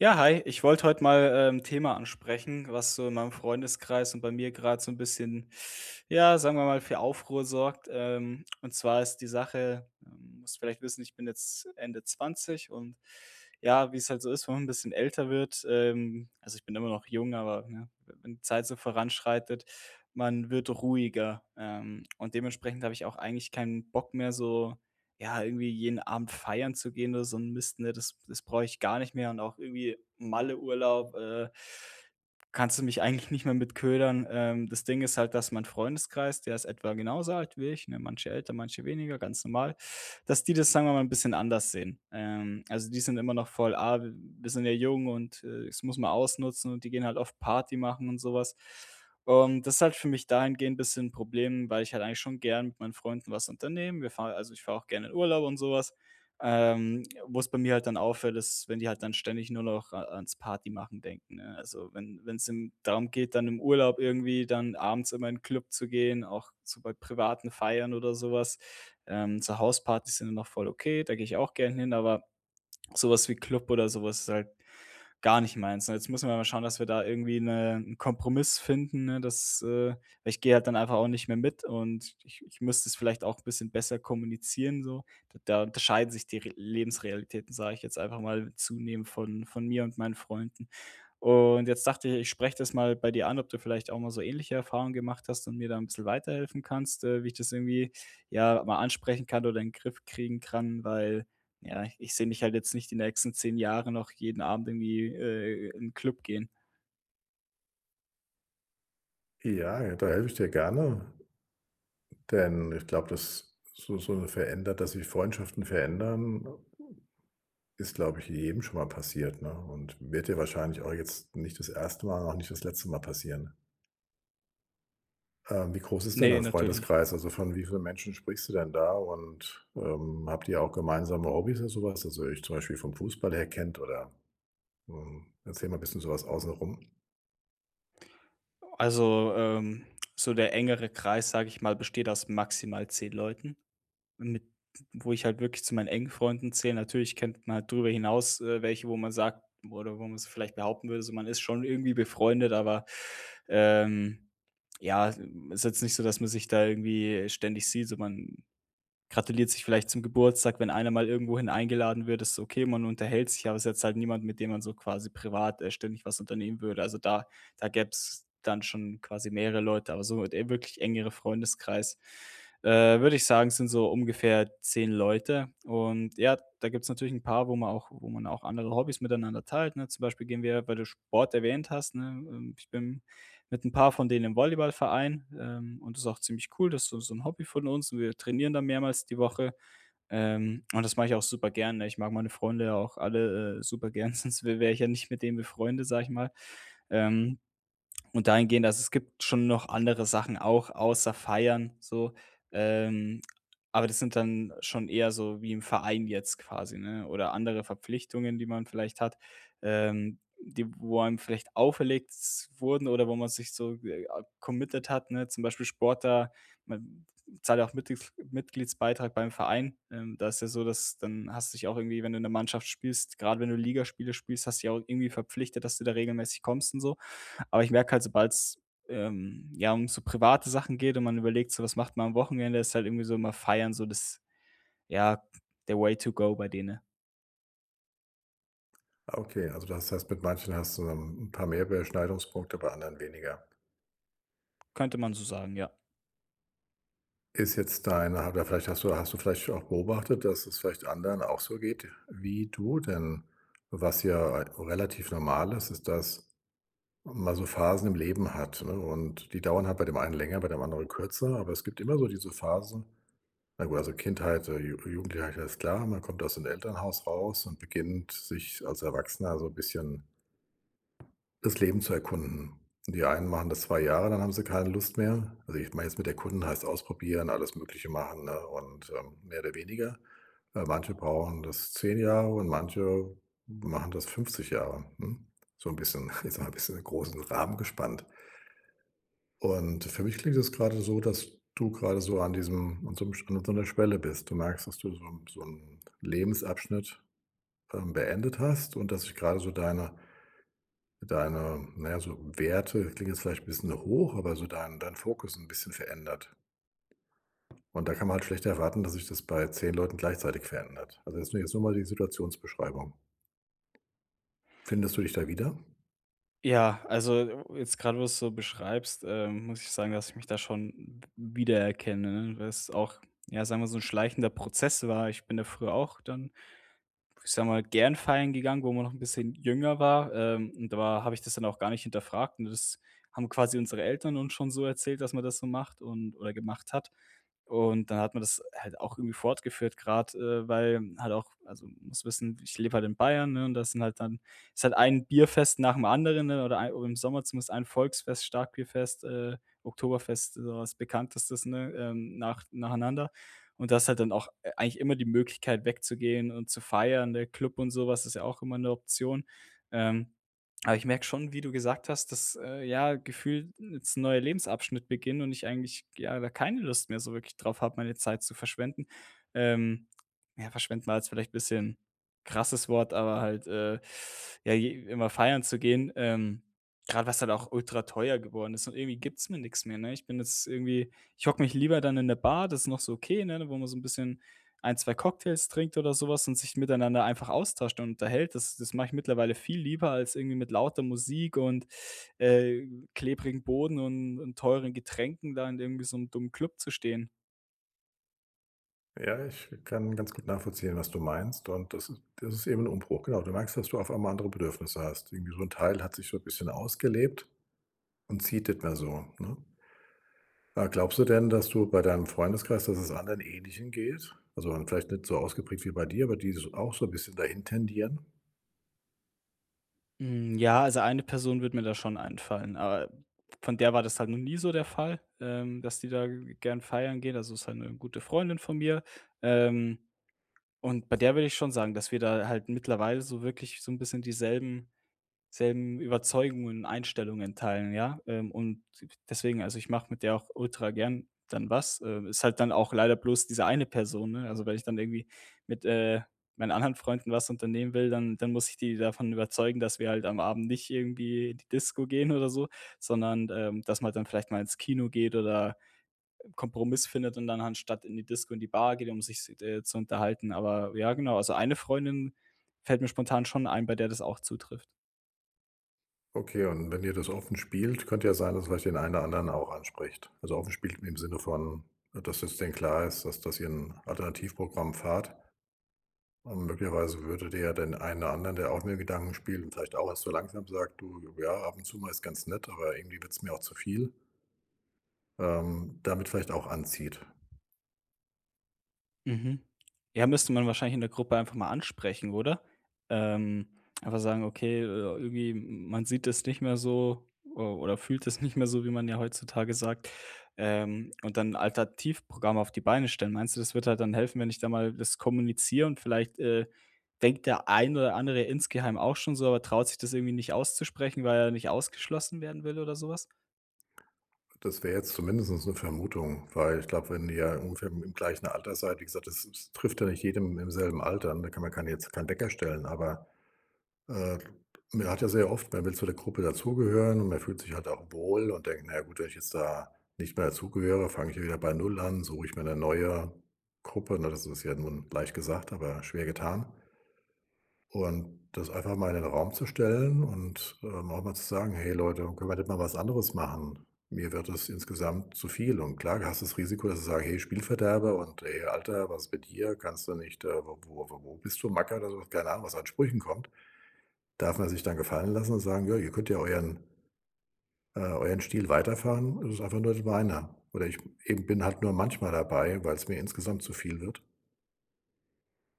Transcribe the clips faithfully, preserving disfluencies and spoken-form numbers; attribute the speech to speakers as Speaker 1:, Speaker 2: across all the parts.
Speaker 1: Ja, hi. Ich wollte heute mal äh, 'n Thema ansprechen, was so in meinem Freundeskreis und bei mir gerade so ein bisschen, ja, sagen wir mal, für Aufruhr sorgt. Ähm, und zwar ist die Sache, ähm, musst vielleicht wissen, ich bin jetzt Ende zwanzig. Und ja, wie es halt so ist, wenn man ein bisschen älter wird, ähm also, ich bin immer noch jung, aber, ne, wenn die Zeit so voranschreitet, man wird ruhiger. Ähm, und dementsprechend habe ich auch eigentlich keinen Bock mehr, so ja, irgendwie jeden Abend feiern zu gehen oder so 'n Mist, ne, das das brauche ich gar nicht mehr und auch irgendwie Malle-Urlaub, äh, kannst du mich eigentlich nicht mehr mit ködern. Ähm, das Ding ist halt, dass mein Freundeskreis, der ist etwa genauso alt wie ich, ne, manche älter, manche weniger, ganz normal, dass die das, sagen wir mal, ein bisschen anders sehen. Ähm, also, die sind immer noch voll: „Ah, wir sind ja jung und, äh, das muss man ausnutzen" und die gehen halt oft Party machen und sowas. Und das ist halt für mich dahingehend ein bisschen 'n Problem, weil ich halt eigentlich schon gern mit meinen Freunden was unternehmen. Wir fahren Also, ich fahre auch gerne in Urlaub und sowas. Was. Ähm, wo's bei mir halt dann auffällt, ist, wenn die halt dann ständig nur noch a ans Party machen denken, ne? Also, wenn wenn's im darum geht, dann im Urlaub irgendwie dann abends immer in den Club zu gehen, auch so bei privaten Feiern oder sowas. Ähm, so Hauspartys sind ja noch voll okay, da gehe ich auch gern hin, aber sowas wie Club oder sowas ist halt gar nicht meins. Und jetzt müssen wir mal schauen, dass wir da irgendwie 'ne 'n Kompromiss finden, ne, dass äh, ich gehe halt dann einfach auch nicht mehr mit und ich ich müsste es vielleicht auch ein bisschen besser kommunizieren so. D da unterscheiden sich die Re Lebensrealitäten, sage ich jetzt einfach mal zunehmend von von mir und meinen Freunden. Und jetzt dachte ich, ich spreche das mal bei dir an, ob du vielleicht auch mal so ähnliche Erfahrungen gemacht hast und mir da ein bisschen weiterhelfen kannst, äh, wie ich das irgendwie, ja, mal ansprechen kann oder in den Griff kriegen kann, weil ja, ich ich sehe mich halt jetzt nicht die nächsten zehn Jahre noch jeden Abend irgendwie, äh, in 'n Club gehen.
Speaker 2: Ja, ja, da helfe ich dir gerne, denn ich glaube, dass so so 'ne verändert dass sich Freundschaften verändern, ist, glaube ich, jedem schon mal passiert, ne, und wird dir wahrscheinlich auch jetzt nicht das erste Mal und auch nicht das letzte Mal passieren. Ähm, wie groß ist denn
Speaker 1: Nee,
Speaker 2: dein
Speaker 1: natürlich.
Speaker 2: Freundeskreis? Also, von wie vielen Menschen sprichst du denn da und, ähm, habt ihr auch gemeinsame Hobbys oder sowas? Also, ich zum Beispiel vom Fußball her kennt oder, hm, erzähl mal ein bisschen sowas außenrum.
Speaker 1: Also, ähm, so der engere Kreis, sage ich mal, besteht aus maximal zehn Leuten, mit wo ich halt wirklich zu meinen engen Freunden zähle. Natürlich kennt man halt drüber hinaus, äh, welche, wo man sagt oder wo man's vielleicht behaupten würde, so man ist schon irgendwie befreundet, aber, ähm, ja, ist jetzt nicht so, dass man sich da irgendwie ständig sieht, so man gratuliert sich vielleicht zum Geburtstag, wenn einer mal irgendwohin eingeladen wird, ist okay, man unterhält sich, aber es ist jetzt halt niemand, mit dem man so quasi privat, äh, ständig was unternehmen würde. Also, da da gäb's dann schon quasi mehrere Leute, aber so der wirklich engere Freundeskreis, äh, würde ich sagen, sind so ungefähr zehn Leute. Und ja, da gibt's natürlich ein paar, wo man auch wo man auch andere Hobbys miteinander teilt, ne? Zum Beispiel gehen wir, weil du Sport erwähnt hast, ne, ähm ich bin mit ein paar von denen im Volleyballverein, ähm, und das ist auch ziemlich cool. Das ist so so 'n Hobby von uns und wir trainieren da mehrmals die Woche. Ähm, und das mache ich auch super gern, ne? Ich mag meine Freunde ja auch alle, äh, super gern, sonst wäre ich ja nicht mit denen befreundet, sag ich mal. Ähm und dahingehend also, es gibt schon noch andere Sachen auch außer Feiern so, ähm, aber das sind dann schon eher so wie im Verein jetzt quasi, ne, oder andere Verpflichtungen, die man vielleicht hat, ähm, die wo einem vielleicht auferlegt s wurden oder wo man sich so, äh, committed hat, ne? Zum Beispiel Sport, da man zahlt ja auch Mitglieds Mitgliedsbeitrag beim Verein. Ähm, da ist ja so, dass dann hast du dich auch irgendwie, wenn du in der Mannschaft spielst, gerade wenn du Ligaspiele spielst, hast du dich auch irgendwie verpflichtet, dass du da regelmäßig kommst und so. Aber ich merke halt, sobald's, ähm, ja, um so private Sachen geht und man überlegt so, was macht man am Wochenende, ist halt irgendwie so immer feiern, so das ja, der Way to go bei denen.
Speaker 2: Ah, okay, also das heißt, mit manchen hast du ein paar mehr Überschneidungspunkte, bei anderen weniger.
Speaker 1: Könnte man so sagen, ja.
Speaker 2: Ist jetzt deine oder vielleicht hast du hast du vielleicht auch beobachtet, dass es vielleicht anderen auch so geht wie du? Denn was ja relativ normal ist, ist, dass man so Phasen im Leben hat, ne? Und die dauern halt bei dem einen länger, bei dem anderen kürzer, aber es gibt immer so diese Phasen. Na gut, also Kindheit, äh, Ju Jugendlichkeit ist klar, man kommt aus dem Elternhaus raus und beginnt sich als Erwachsener so ein bisschen das Leben zu erkunden. Die einen machen das zwei Jahre, dann haben sie keine Lust mehr. Also, ich meine jetzt mit erkunden heißt ausprobieren, alles Mögliche machen, ne, und, ähm, mehr oder weniger. Äh, manche brauchen das zehn Jahre und manche machen das fünfzig Jahre, ne? So ein bisschen jetzt mal ein bisschen in den großen Rahmen gespannt. Und für mich klingt es gerade so, dass du gerade so an diesem an so 'nem an so 'ner Schwelle bist. Du merkst, dass du so 'n so 'n Lebensabschnitt, ähm, beendet hast und dass sich gerade so deine deine, naja, so Werte klingt jetzt vielleicht 'n bisschen hoch, aber so dein dein Fokus ein bisschen verändert. Und da kann man halt schlecht erwarten, dass sich das bei zehn Leuten gleichzeitig verändert. Also, jetzt nur jetzt nur mal die Situationsbeschreibung. Findest du dich da wieder?
Speaker 1: Ja, also jetzt gerade wo du's so beschreibst, ähm, muss ich sagen, dass ich mich da schon w wiedererkenne, ne? Weil es auch, ja, sagen wir, so ein schleichender Prozess war. Ich bin da früher auch dann ich sag mal, gern feiern gegangen, wo man noch ein bisschen jünger war, ähm, und da habe ich das dann auch gar nicht hinterfragt, ne? Das haben quasi unsere Eltern uns schon so erzählt, dass man das so macht und oder gemacht hat. Und dann hat man das halt auch irgendwie fortgeführt, gerade äh, weil halt auch also, muss wissen, ich lebe halt in Bayern, ne, und das sind halt dann ist halt ein Bierfest nach dem anderen, ne, oder ein oder im Sommer zumindest ein Volksfest, Starkbierfest, äh, Oktoberfest, so was Bekanntestes, ne, ähm, nach nacheinander. Und das ist halt dann auch, äh, eigentlich immer die Möglichkeit wegzugehen und zu feiern. Der Club und sowas ist ja auch immer eine Option. Ähm aber ich merke schon, wie du gesagt hast, dass, äh, ja, gefühlt jetzt 'n neuer Lebensabschnitt beginnt und ich eigentlich, ja, da keine Lust mehr so wirklich drauf habe, meine Zeit zu verschwenden. Ähm, ja, verschwenden war jetzt vielleicht ein bisschen krasses Wort, aber halt, äh, ja, je immer feiern zu gehen, ähm, grad was halt auch ultra teuer geworden ist und irgendwie gibt's mir nichts mehr, ne? Ich bin jetzt irgendwie ich hocke mich lieber dann in der Bar, das ist noch so okay, ne, wo man so ein bisschen ein, zwei Cocktails trinkt oder sowas und sich miteinander einfach austauscht und unterhält. Das das mache ich mittlerweile viel lieber als irgendwie mit lauter Musik und, äh, klebrigem Boden und und teuren Getränken da in irgendwie so einem dummen Club zu stehen.
Speaker 2: Ja, ich kann ganz gut nachvollziehen, was du meinst, und das ist das ist eben ein Umbruch. Genau, du merkst, dass du auf einmal andere Bedürfnisse hast. Irgendwie so ein Teil hat sich so ein bisschen ausgelebt und zieht nicht mehr so, ne? Ja, glaubst du denn, dass du bei deinem Freundeskreis, dass es anderen Ähnlichen geht? Also, vielleicht nicht so ausgeprägt wie bei dir, aber die so auch so ein bisschen dahin tendieren?
Speaker 1: Hm, ja, also eine Person wird mir da schon einfallen, aber von der war das halt noch nie so der Fall, ähm, dass die da g gern feiern geht. Also, ist halt 'ne gute Freundin von mir, ähm, und bei der würde ich schon sagen, dass wir da halt mittlerweile so wirklich so ein bisschen dieselben selben Überzeugungen und Einstellungen teilen, ja? Ähm, und deswegen also, ich mache mit der auch ultra gern dann was. Äh, ist halt dann auch leider bloß diese eine Person, ne? Also, wenn ich dann irgendwie mit, äh, meinen anderen Freunden was unternehmen will, dann dann muss ich die davon überzeugen, dass wir halt am Abend nicht irgendwie in die Disco gehen oder so, sondern, ähm, dass man dann vielleicht mal ins Kino geht oder einen Kompromiss findet und dann anstatt in die Disco in die Bar geht, um sich, äh, zu unterhalten. Aber ja, genau, also eine Freundin fällt mir spontan schon ein, bei der das auch zutrifft.
Speaker 2: Okay, und wenn ihr das offen spielt, könnte ja sein, dass es vielleicht den einen oder anderen auch anspricht. Also, offen spielt im Sinne von, dass es denen klar ist, dass dass ihr ein Alternativprogramm fahrt. Und möglicherweise würde ihr ja den einen oder anderen, der auch mit Gedanken spielt und vielleicht auch erst so langsam sagt: „Du, ja, ab und zu mal ist ganz nett, aber irgendwie wird es mir auch zu viel“, ähm, damit vielleicht auch anzieht.
Speaker 1: Mhm. Ja, müsste man wahrscheinlich in der Gruppe einfach mal ansprechen, oder? Ähm, Einfach sagen: „Okay, äh, irgendwie man sieht es nicht mehr so o oder fühlt es nicht mehr so", wie man ja heutzutage sagt, ähm, und dann 'n Alternativprogramm auf die Beine stellen. Meinst du, das wird halt dann helfen, wenn ich da mal das kommuniziere und vielleicht, äh, denkt der ein oder andere insgeheim auch schon so, aber traut sich das irgendwie nicht auszusprechen, weil er nicht ausgeschlossen werden will oder sowas?
Speaker 2: Das wäre jetzt zumindest eine Vermutung, weil ich glaube, wenn ihr ungefähr im im gleichen Alter seid, wie gesagt, das es trifft ja nicht jedem im selben Alter, ne? Da kann man keine jetzt keinen Wecker stellen, aber, äh, man hat ja sehr oft, man will zu der Gruppe dazugehören und man fühlt sich halt auch wohl und denkt: „Na ja gut, wenn ich jetzt da nicht mehr dazugehöre, fange ich ja wieder bei Null an, suche ich mir eine neue Gruppe“, ne? Das ist ja nun leicht gesagt, aber schwer getan. Und das einfach mal in den Raum zu stellen und, ähm, auch mal zu sagen: „Hey Leute, können wir nicht mal was anderes machen? Mir wird es insgesamt zu viel.“ Und klar hast du das Risiko, dass sie sagen: „Hey, Spielverderber“ und „Hey, Alter, was ist mit dir? Kannst du nicht, äh, wo wo wo wo bist du, Macker?“ oder so, keine Ahnung, was an Sprüchen kommt. Darf man sich dann gefallen lassen und sagen: „Ja, ihr könnt ja euren äh, euren Stil weiterfahren. Es ist einfach nur nicht meiner.“ Oder ich eben bin halt nur manchmal dabei, weil es mir insgesamt zu viel wird.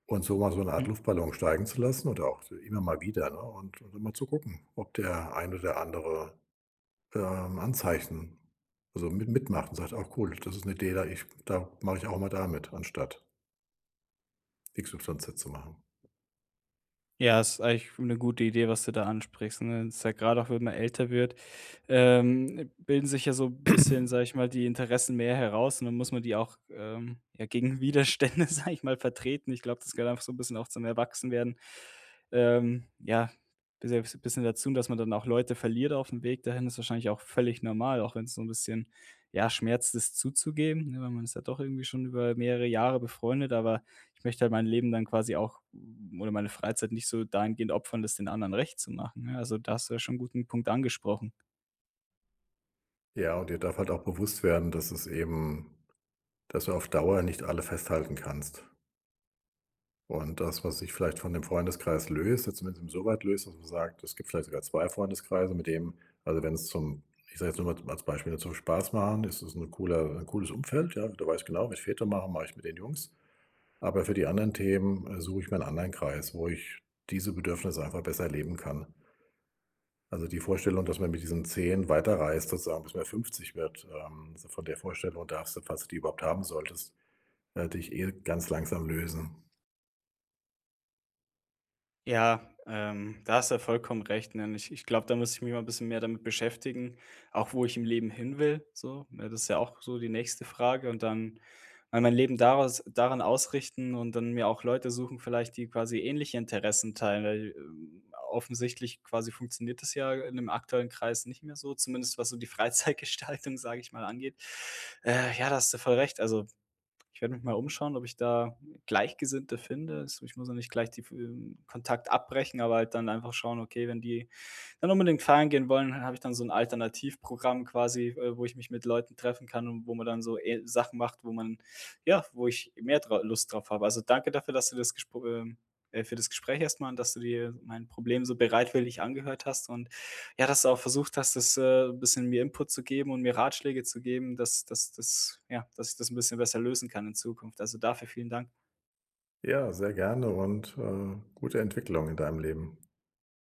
Speaker 2: Und so mal so eine Art Luftballon steigen zu lassen oder auch so immer mal wieder, ne, und und immer zu gucken, ob der ein oder andere, ähm, Anzeichen, also mit mitmacht und sagt: auch cool, das ist eine Idee, da ich da mache ich auch mal da mit, anstatt X Y Z zu machen.“
Speaker 1: Ja, ist eigentlich eine gute Idee, was du da ansprichst, ne? Ist ja gerade auch, wenn man älter wird, ähm, bilden sich ja so ein bisschen, sage ich mal, die Interessen mehr heraus und dann muss man die auch, ähm, ja, gegen Widerstände, sage ich mal, vertreten. Ich glaube, das gehört einfach so ein bisschen auch zum Erwachsenwerden, ähm, ja, selbst bisschen dazu, dass man dann auch Leute verliert auf dem Weg dahin, ist wahrscheinlich auch völlig normal, auch wenn es so ein bisschen, ja, schmerzt, das zuzugeben, ne, weil man ist ja doch irgendwie schon über mehrere Jahre befreundet, aber ich möchte halt mein Leben dann quasi auch mm, oder meine Freizeit nicht so dahingehend opfern, das den anderen recht zu machen, ne? Also, da hast du ja schon einen guten Punkt angesprochen.
Speaker 2: Ja, und dir darf halt auch bewusst werden, dass es eben, dass du auf Dauer nicht alle festhalten kannst. Und das, was sich vielleicht von dem Freundeskreis löst, jetzt zumindest insoweit löst, dass man sagt, es gibt vielleicht sogar zwei Freundeskreise, mit dem, also, wenn es zum, ich sage jetzt nur mal als Beispiel, nur zum Spaß machen, ist es ein cooler, ein cooles Umfeld, ja. Da weiß ich genau, wenn ich Väter mache, mache ich mit den Jungs. Aber für die anderen Themen, äh, suche ich mir einen anderen Kreis, wo ich diese Bedürfnisse einfach besser leben kann. Also, die Vorstellung, dass man mit diesen zehn weiterreist sozusagen, bis man fünfzig wird, ähm, so von der Vorstellung darfst du, falls du die überhaupt haben solltest, äh, dich eh ganz langsam lösen.
Speaker 1: Ja, ähm, da hast du ja vollkommen recht, ne? Und ich ich glaube, da muss ich mich mal ein bisschen mehr damit beschäftigen, auch wo ich im Leben hin will, so, ne? Das ist ja auch so die nächste Frage und dann mal mein Leben daraus daran ausrichten und dann mir auch Leute suchen vielleicht, die quasi ähnliche Interessen teilen, weil, ähm, offensichtlich quasi funktioniert das ja in dem aktuellen Kreis nicht mehr so, zumindest was so die Freizeitgestaltung, sage ich mal, angeht. Äh, ja, da hast du voll recht. Also ich werde mich mal umschauen, ob ich da Gleichgesinnte finde. Es ich muss ja nicht gleich die ähm, Kontakt abbrechen, aber halt dann einfach schauen, okay, wenn die dann unbedingt feiern gehen wollen. Dann habe ich dann so ein Alternativprogramm quasi, äh, wo ich mich mit Leuten treffen kann und wo man dann so äh Sachen macht, wo man ja, wo ich mehr dra Lust drauf habe. Also, danke dafür, dass du das Gespr ähm, äh, für das Gespräch erstmal und dass du dir mein Problem so bereitwillig angehört hast und ja, dass du auch versucht hast, das, äh, ein bisschen mir Input zu geben und mir Ratschläge zu geben, dass dass dass ja, dass ich das ein bisschen besser lösen kann in Zukunft. Also, dafür vielen Dank.
Speaker 2: Ja, sehr gerne und, äh, gute Entwicklung in deinem Leben.